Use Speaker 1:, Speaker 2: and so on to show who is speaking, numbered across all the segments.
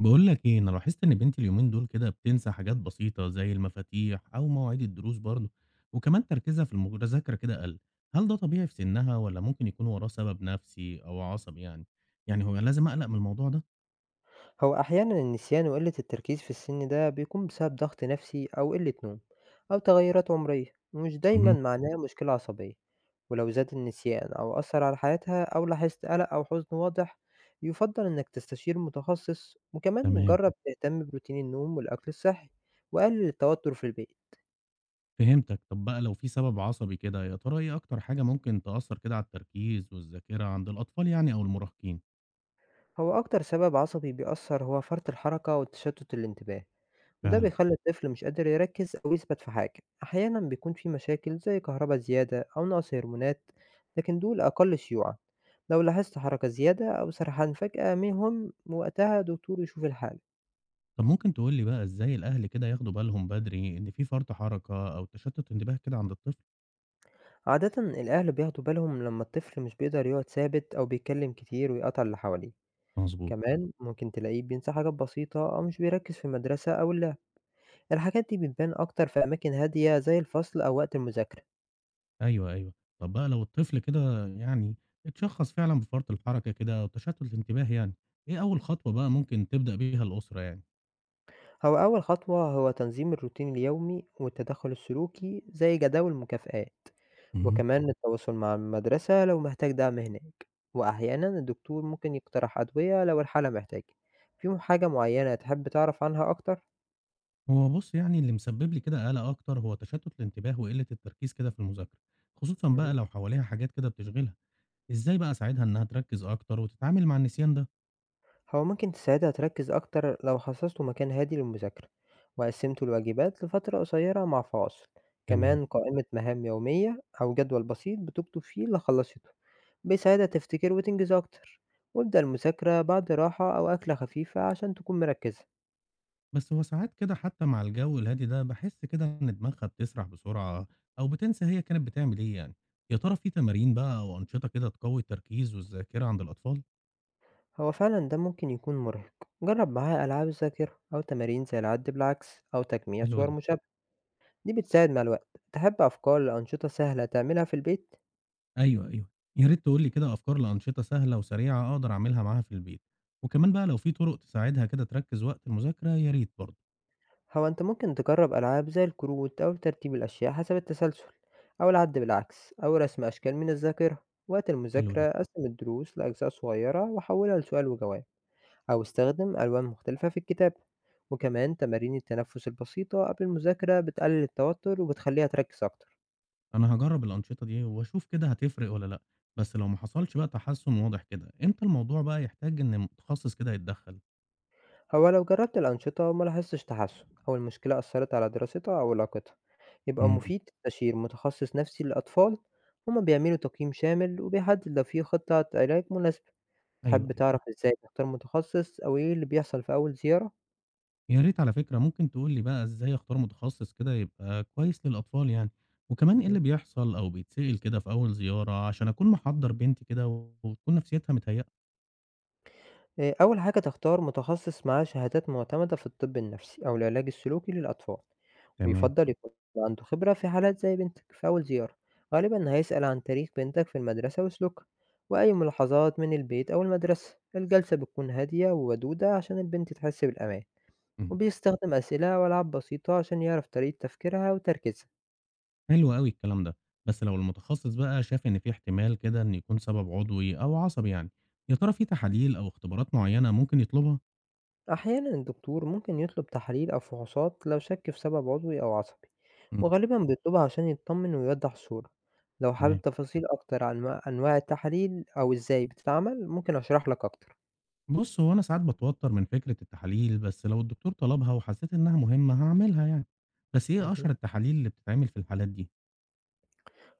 Speaker 1: بقول لك ايه، انا لاحظت ان بنتي اليومين دول كده بتنسى حاجات بسيطة زي المفاتيح او مواعيد الدروس برضه، وكمان تركيزها في المذاكرة كده قل. هل ده طبيعي في سنها ولا ممكن يكون وراه سبب نفسي او عصبي يعني؟ يعني هو لازم اقلق من الموضوع ده؟
Speaker 2: هو أحيانا النسيان وقلة التركيز في السن ده بيكون بسبب ضغط نفسي أو قلة نوم أو تغيرات عمرية ومش دايما
Speaker 1: مهم.
Speaker 2: معناه مشكلة عصبية. ولو زاد النسيان أو أثر على حياتها أو لاحظت قلق أو حزن واضح يفضل إنك تستشير متخصص، وكمان
Speaker 1: تمام.
Speaker 2: جرب تهتم بروتين النوم والأكل الصحي وقلل التوتر في البيت.
Speaker 1: فهمتك. طب بقى لو في سبب عصبي كده، يا ترى ايه اكتر حاجة ممكن تأثر كده على التركيز والذاكرة عند الاطفال يعني او المراهقين؟
Speaker 2: هو أكتر سبب عصبي بيأثر هو فرط الحركة وتشتت الانتباه، وده
Speaker 1: فعلا.
Speaker 2: بيخلّي الطفل مش قادر يركّز أو يثبت في حاجة، أحيانًا بيكون في مشاكل زي كهربا زيادة أو نقص هرمونات، لكن دول أقل شيوعًا، لو لاحظت حركة زيادة أو سرحان فجأة مهم وقتها دكتور يشوف الحالة.
Speaker 1: طب ممكن تقول لي بقى ازاي الاهل كده ياخدوا بالهم بدري ان في فرط حركة او تشتت انتباه كده عند الطفل؟
Speaker 2: عادةً الأهل بياخدوا بالهم لمّا الطفل مش بيقدر يقعد ثابت أو بيتكلم كتير ويقاطع اللي حواليه،
Speaker 1: مظبوط.
Speaker 2: كمان ممكن تلاقيه بينسى حاجات بسيطة أو مش بيركّز في المدرسة أو اللعب، الحاجات دي بتبان أكتر في أماكن هادية زي الفصل أو وقت المذاكرة.
Speaker 1: أيوه، أيوه. طَب بقى لو الطفل كده اتشخّص فعلًا بفرط الحركة كده أو تشتُّت الانتباه يعني، إيه أول خطوة بقى ممكن تبدأ بيها الأسرة يعني؟
Speaker 2: هو أول خطوة هو تنظيم الروتين اليومي والتدخل السلوكي زي جداول المكافآت،
Speaker 1: اهم.
Speaker 2: وكمان التواصل مع المدرسة لو محتاج دعم هناك، وأحيانا الدكتور ممكن يقترح أدوية لو الحالة محتاجة. فيهم حاجة معينة تحب تعرف عنها أكتر؟
Speaker 1: هو بُص، يعني اللي مسبِّب لي كده قَلَق أكتر هو تشتُّت الانتباه وقِلّة التركيز كده في المذاكرة، خصوصًا بقى
Speaker 2: مهم.
Speaker 1: لو حواليها حاجات كده بتشغِلها. إزاي بقى أساعدها إنها تركِّز أكتر وتتعامل مع النسيان ده؟
Speaker 2: هو ممكن تساعدها تركز أكتر لو خصصتوا مكان هادي للمذاكرة وقسمتوا الواجبات لفترة قصيرة مع فواصل،
Speaker 1: تمام.
Speaker 2: كمان قائمة مهام يومية أو جدول بسيط بتكتب فيه اللي خلصته بيساعدها تفتكر وتنجز أكتر، وابدأ المذاكرة بعد راحة أو أكلة خفيفة عشان تكون مركزة.
Speaker 1: بس هو ساعات كده حتى مع الجو الهادي ده باحس كده إن دماغها بتسرح بسرعة أو بتنسى هي كانت بتعمل إيه يعني، يا ترى في تمارين بقى أو أنشطة كده تقوي التركيز والذاكرة عند الأطفال؟
Speaker 2: هو فعلا ده ممكن يكون مرهق، جرب معاها ألعاب الذاكرة أو تمارين زي العد بالعكس أو تجميع
Speaker 1: حلو
Speaker 2: صور
Speaker 1: ده.
Speaker 2: مشابهة، دي بتساعد مع الوقت. تحب أفكار لأنشطة سهلة تعملها في البيت؟
Speaker 1: أيوه، أيوه. يا ريت تقول لي كده أفكار لأنشطة سهلة وسريعة أقدر أعملها معاها في البيت، وكمان بقى لو في طرق تساعدها كده تركز وقت المذاكرة يا ريت برضه.
Speaker 2: هو أنت ممكن تجرب ألعاب زي الكروت أو ترتيب الأشياء حسب التسلسل أو العد بالعكس أو رسم أشكال من الذاكرة. وقت
Speaker 1: حلو ده.
Speaker 2: المذاكرة قسم الدروس لأجزاء صغيرة وحولها لسؤال وجواب أو استخدم ألوان مختلفة في الكتاب، وكمان تمارين التنفس البسيطة قبل المذاكرة بتقلل التوتر وبتخليها تركز أكتر.
Speaker 1: أنا هجرب الأنشطة دي وأشوف كده هتفرق ولا لأ، بس لو ما حصلش بقى تحسن واضح كده، إمتى الموضوع بقى يحتاج إن متخصص كده يتدخل؟
Speaker 2: هو لو جربت الأنشطة وما لاحظتش تحسن أو المشكلة أثرت على دراستها أو علاقتها يبقى
Speaker 1: مم.
Speaker 2: مفيد تستشير متخصص نفسي للأطفال، هما بيعملوا تقييم شامل وبيحدد لو في خطة علاج مناسبة.
Speaker 1: أيوه.
Speaker 2: تحب تعرف إزاي تختار متخصص أو إيه اللي بيحصل في أول زيارة؟
Speaker 1: يا ريت على فكرة، ممكن تقول لي بقى إزاي أختار متخصص كده يبقى كويس للأطفال يعني، وكمان إيه
Speaker 2: مهم.
Speaker 1: اللي بيحصل أو بيتسأل كده في أول زيارة عشان أكون محضّر بنتي كده وتكون نفسيتها متهيأة؟
Speaker 2: أول حاجة تختار متخصص معاه شهادات معتمدة في الطب النفسي أو العلاج السلوكي للأطفال،
Speaker 1: تمام.
Speaker 2: ويفضّل يكون عنده خبرة في حالات زي بنتك. في أول زيارة، غالبًا هيسأل عن تاريخ بنتك في المدرسة وسلوكها، وأي ملاحظات من البيت أو المدرسة، الجلسة بتكون هادية وودودة عشان البنت تحس بالأمان،
Speaker 1: اهم.
Speaker 2: وبيستخدم أسئلة وألعاب بسيطة عشان يعرف طريقة تفكيرها وتركيزها.
Speaker 1: حلو أوي الكلام ده، بس لو المتخصص بقى شاف إن في احتمال كده إن يكون سبب عضوي أو عصبي يعني، يا ترى في تحاليل أو اختبارات معيّنة ممكن يطلبها؟
Speaker 2: أحيانا الدكتور ممكن يطلب تحاليل أو فحوصات لو شك في سبب عضوي أو عصبي،
Speaker 1: إمم.
Speaker 2: وغالبا بيطلبها عشان يطمن ويوضح الصورة. لو حابب
Speaker 1: تمام.
Speaker 2: تفاصيل أكتر عن أنواع التحاليل أو إزاي بتتعمل ممكن أشرح لك أكتر.
Speaker 1: بُص، هو أنا ساعات باتوتر من فكرة التحاليل، بس لو الدكتور طلبها وحسيت إنها مهمة هاعملها يعني، بس إيه
Speaker 2: مهم.
Speaker 1: أشهر التحاليل اللي بتتعمل في الحالات دي؟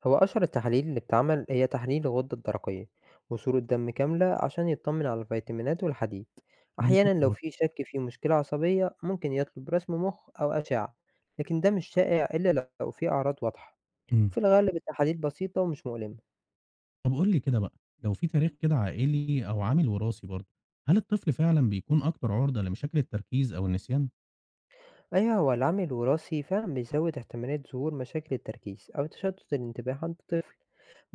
Speaker 2: هو أشهر التحاليل اللي بتعمل هي تحليل الغدة الدرقية وصورة دم كاملة عشان يطمن على الفيتامينات والحديد، أحيانا
Speaker 1: منطقي
Speaker 2: لو
Speaker 1: برضه.
Speaker 2: في شك في مشكلة عصبية ممكن يطلب رسم مخ أو أشعة، لكن ده مش شائع إلا لو في أعراض واضحة.
Speaker 1: إمم.
Speaker 2: في الغالب التحاليل بسيطة ومش مؤلمة.
Speaker 1: طب قُل لي كده بقى، لو في تاريخ كده عائلي أو عامل وراثي برضه، هل الطفل فعلًا بيكون أكتر عُرضة لمشاكل التركيز أو النسيان؟
Speaker 2: أيوه، هو العامل الوراثي فعلًا بيزود احتمالية ظهور مشاكل التركيز أو تشتت الانتباه عند الطفل،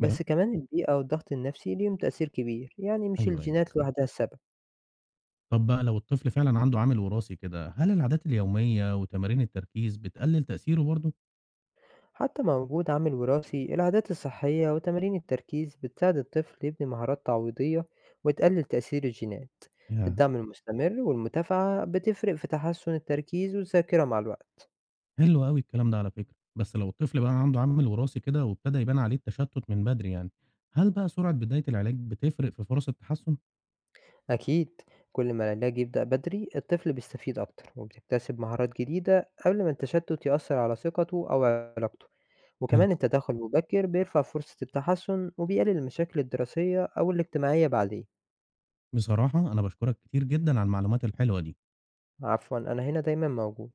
Speaker 1: بجد؟
Speaker 2: كمان البيئة والضغط النفسي ليهم تأثير كبير، يعني مش
Speaker 1: أيوه، أيوه.
Speaker 2: الجينات لوحدها السبب.
Speaker 1: طب بقى لو الطفل فعلًا عنده عامل وراثي كده، هل العادات اليومية وتمارين التركيز بتقلل تأثيره برضه؟
Speaker 2: حتى مع وجود عامل وراثي العادات الصحية وتمارين التركيز بتساعد الطفل يبني مهارات تعويضية وتقلل تأثير الجينات،
Speaker 1: ياه!
Speaker 2: الدعم المستمر والمتابعة بتفرق في تحسن التركيز والذاكرة مع الوقت.
Speaker 1: حلو أوي الكلام ده على فكرة. بس لو الطفل بقى عنده عامل وراثي كده وابتدى يبان عليه التشتت من بدري يعني، هل بقى سرعة بداية العلاج بتفرق في فرص التحسن؟
Speaker 2: أكيد، كل ما العلاج يبدأ بدري الطفل بيستفيد أكتر وبيكتسب مهارات جديدة قبل ما التشتت يأثر على ثقته أو علاقته،
Speaker 1: حلو.
Speaker 2: وكمان التدخل المبكر بيرفع فرصة التحسن وبيقلل المشاكل الدراسية أو الاجتماعية بعدين.
Speaker 1: بصراحة أنا باشكرك كتير جدًا على المعلومات الحلوة دي.
Speaker 2: عفوا، أنا هنا دايما موجود.